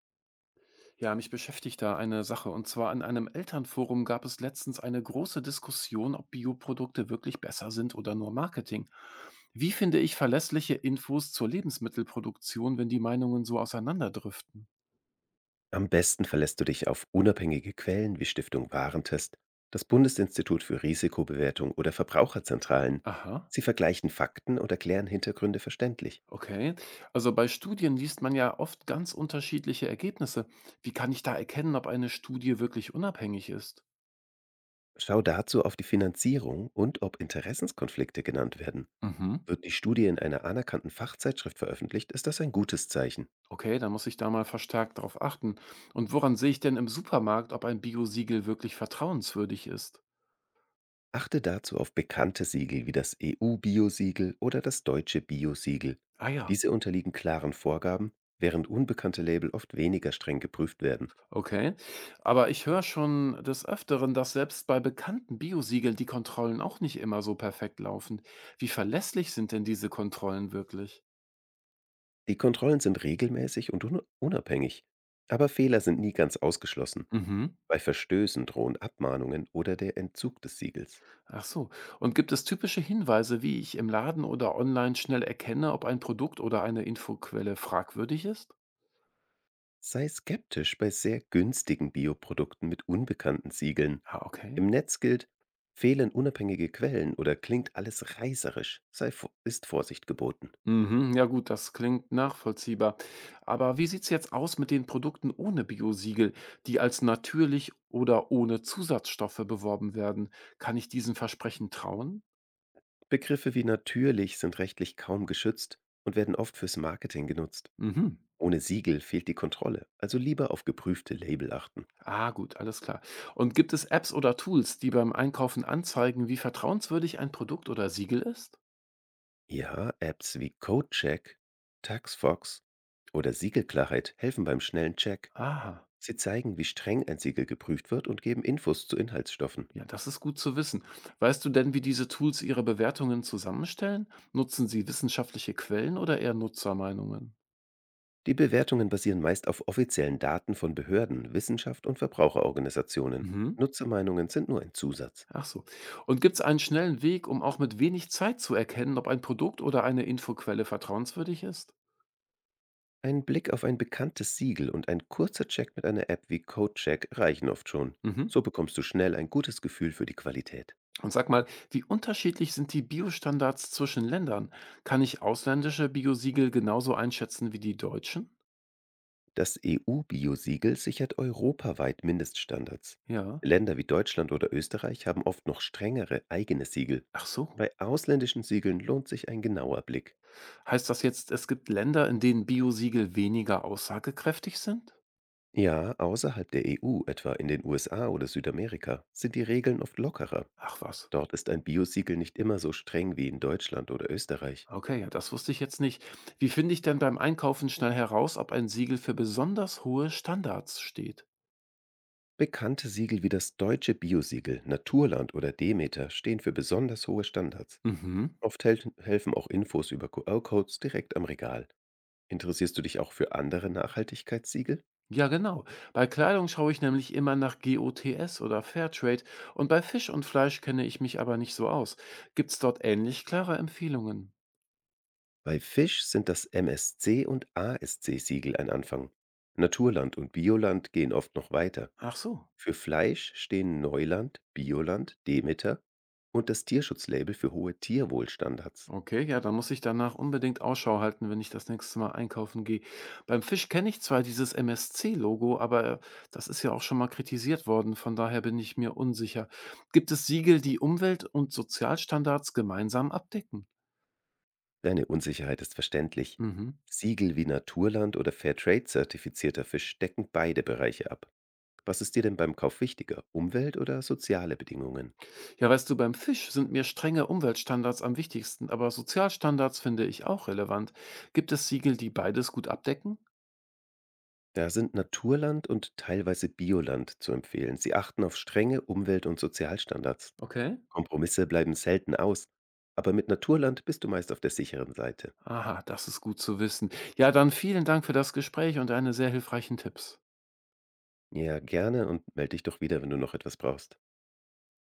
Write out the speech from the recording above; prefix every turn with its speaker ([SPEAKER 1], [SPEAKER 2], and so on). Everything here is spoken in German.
[SPEAKER 1] Ja, mich beschäftigt da eine Sache. Und zwar in einem Elternforum gab es letztens eine große Diskussion, ob Bioprodukte wirklich besser sind oder nur Marketing. Wie finde ich verlässliche Infos zur Lebensmittelproduktion, wenn die Meinungen so auseinanderdriften?
[SPEAKER 2] Am besten verlässt du dich auf unabhängige Quellen wie Stiftung Warentest, das Bundesinstitut für Risikobewertung oder Verbraucherzentralen.
[SPEAKER 1] Aha,
[SPEAKER 2] Sie vergleichen Fakten und erklären Hintergründe verständlich.
[SPEAKER 1] okay. Also bei Studien liest man ja oft ganz unterschiedliche Ergebnisse. Wie kann ich da erkennen, ob eine Studie wirklich unabhängig ist?
[SPEAKER 2] Schau dazu auf die Finanzierung und ob Interessenskonflikte genannt werden.
[SPEAKER 1] Mhm.
[SPEAKER 2] Wird die Studie in einer anerkannten Fachzeitschrift veröffentlicht, ist das ein gutes Zeichen.
[SPEAKER 1] Okay, dann muss ich da mal verstärkt darauf achten. Und woran sehe ich denn im Supermarkt, ob ein Biosiegel wirklich vertrauenswürdig ist?
[SPEAKER 2] Achte dazu auf bekannte Siegel wie das EU-Biosiegel oder das deutsche Biosiegel.
[SPEAKER 1] Ah ja,
[SPEAKER 2] Diese unterliegen klaren Vorgaben, während unbekannte Label oft weniger streng geprüft werden.
[SPEAKER 1] okay. Aber ich höre schon des Öfteren, dass selbst bei bekannten Biosiegeln die Kontrollen auch nicht immer so perfekt laufen. Wie verlässlich sind denn diese Kontrollen wirklich?
[SPEAKER 2] Die Kontrollen sind regelmäßig und un unabhängig, aber Fehler sind nie ganz ausgeschlossen.
[SPEAKER 1] Mhm.
[SPEAKER 2] Bei Verstößen drohen Abmahnungen oder der Entzug des Siegels.
[SPEAKER 1] Ach so. Und gibt es typische Hinweise, wie ich im Laden oder online schnell erkenne, ob ein Produkt oder eine Infoquelle fragwürdig ist?
[SPEAKER 2] Sei skeptisch bei sehr günstigen Bioprodukten mit unbekannten Siegeln.
[SPEAKER 1] Ah, okay.
[SPEAKER 2] Im Netz gilt, fehlen unabhängige Quellen oder klingt alles reißerisch, ist Vorsicht geboten.
[SPEAKER 1] Mhm, ja gut, das klingt nachvollziehbar. Aber wie sieht's jetzt aus mit den Produkten ohne Biosiegel, die als natürlich oder ohne Zusatzstoffe beworben werden? Kann ich diesen Versprechen trauen?
[SPEAKER 2] Begriffe wie natürlich sind rechtlich kaum geschützt und werden oft fürs Marketing genutzt.
[SPEAKER 1] Mhm.
[SPEAKER 2] Ohne Siegel fehlt die Kontrolle, also lieber auf geprüfte Label achten.
[SPEAKER 1] Ah, gut, alles klar. Und gibt es Apps oder Tools, die beim Einkaufen anzeigen, wie vertrauenswürdig ein Produkt oder Siegel ist?
[SPEAKER 2] Ja, Apps wie CodeCheck, TaxFox oder Siegelklarheit helfen beim schnellen Check.
[SPEAKER 1] Ah,
[SPEAKER 2] Sie zeigen, wie streng ein Siegel geprüft wird und geben Infos zu Inhaltsstoffen.
[SPEAKER 1] ja, das ist gut zu wissen. Weißt du denn, wie diese Tools ihre Bewertungen zusammenstellen? Nutzen sie wissenschaftliche Quellen oder eher Nutzermeinungen?
[SPEAKER 2] Die Bewertungen basieren meist auf offiziellen Daten von Behörden, Wissenschaft und Verbraucherorganisationen.
[SPEAKER 1] Mhm.
[SPEAKER 2] Nutzermeinungen sind nur ein Zusatz.
[SPEAKER 1] Ach so. Und gibt es einen schnellen Weg, um auch mit wenig Zeit zu erkennen, ob ein Produkt oder eine Infoquelle vertrauenswürdig ist?
[SPEAKER 2] Ein Blick auf ein bekanntes Siegel und ein kurzer Check mit einer App wie CodeCheck reichen oft schon.
[SPEAKER 1] Mhm.
[SPEAKER 2] So bekommst du schnell ein gutes Gefühl für die Qualität.
[SPEAKER 1] Und sag mal, wie unterschiedlich sind die Biostandards zwischen Ländern? Kann ich ausländische Biosiegel genauso einschätzen wie die deutschen?
[SPEAKER 2] Das EU-Biosiegel sichert europaweit Mindeststandards.
[SPEAKER 1] Ja.
[SPEAKER 2] Länder wie Deutschland oder Österreich haben oft noch strengere eigene Siegel.
[SPEAKER 1] Ach so.
[SPEAKER 2] Bei ausländischen Siegeln lohnt sich ein genauer Blick.
[SPEAKER 1] Heißt das jetzt, es gibt Länder, in denen Biosiegel weniger aussagekräftig sind?
[SPEAKER 2] Ja, außerhalb der EU, etwa in den USA oder Südamerika, sind die Regeln oft lockerer.
[SPEAKER 1] Ach was.
[SPEAKER 2] Dort ist ein Biosiegel nicht immer so streng wie in Deutschland oder Österreich.
[SPEAKER 1] Okay, ja, das wusste ich jetzt nicht. Wie finde ich denn beim Einkaufen schnell heraus, ob ein Siegel für besonders hohe Standards steht?
[SPEAKER 2] Bekannte Siegel wie das deutsche Biosiegel, Naturland oder Demeter stehen für besonders hohe Standards.
[SPEAKER 1] Mhm.
[SPEAKER 2] Oft helfen auch Infos über QR-Codes direkt am Regal. Interessierst du dich auch für andere Nachhaltigkeitssiegel?
[SPEAKER 1] Ja, genau. Bei Kleidung schaue ich nämlich immer nach GOTS oder Fairtrade und bei Fisch und Fleisch kenne ich mich aber nicht so aus. Gibt es dort ähnlich klare Empfehlungen?
[SPEAKER 2] Bei Fisch sind das MSC und ASC-Siegel ein Anfang. Naturland und Bioland gehen oft noch weiter.
[SPEAKER 1] Ach so.
[SPEAKER 2] Für Fleisch stehen Neuland, Bioland, Demeter und das Tierschutzlabel für hohe Tierwohlstandards.
[SPEAKER 1] Okay, ja, dann muss ich danach unbedingt Ausschau halten, wenn ich das nächste Mal einkaufen gehe. Beim Fisch kenne ich zwar dieses MSC-Logo, aber das ist ja auch schon mal kritisiert worden, von daher bin ich mir unsicher. Gibt es Siegel, die Umwelt- und Sozialstandards gemeinsam abdecken?
[SPEAKER 2] Deine Unsicherheit ist verständlich.
[SPEAKER 1] Mhm.
[SPEAKER 2] Siegel wie Naturland oder Fairtrade zertifizierter Fisch decken beide Bereiche ab. Was ist dir denn beim Kauf wichtiger, Umwelt oder soziale Bedingungen?
[SPEAKER 1] Ja, weißt du, beim Fisch sind mir strenge Umweltstandards am wichtigsten, aber Sozialstandards finde ich auch relevant. Gibt es Siegel, die beides gut abdecken?
[SPEAKER 2] Da sind Naturland und teilweise Bioland zu empfehlen. Sie achten auf strenge Umwelt- und Sozialstandards.
[SPEAKER 1] Okay.
[SPEAKER 2] Kompromisse bleiben selten aus. Aber mit Naturland bist du meist auf der sicheren Seite.
[SPEAKER 1] Aha, das ist gut zu wissen. Ja, dann vielen Dank für das Gespräch und deine sehr hilfreichen Tipps.
[SPEAKER 2] Ja, gerne und melde dich doch wieder, wenn du noch etwas brauchst.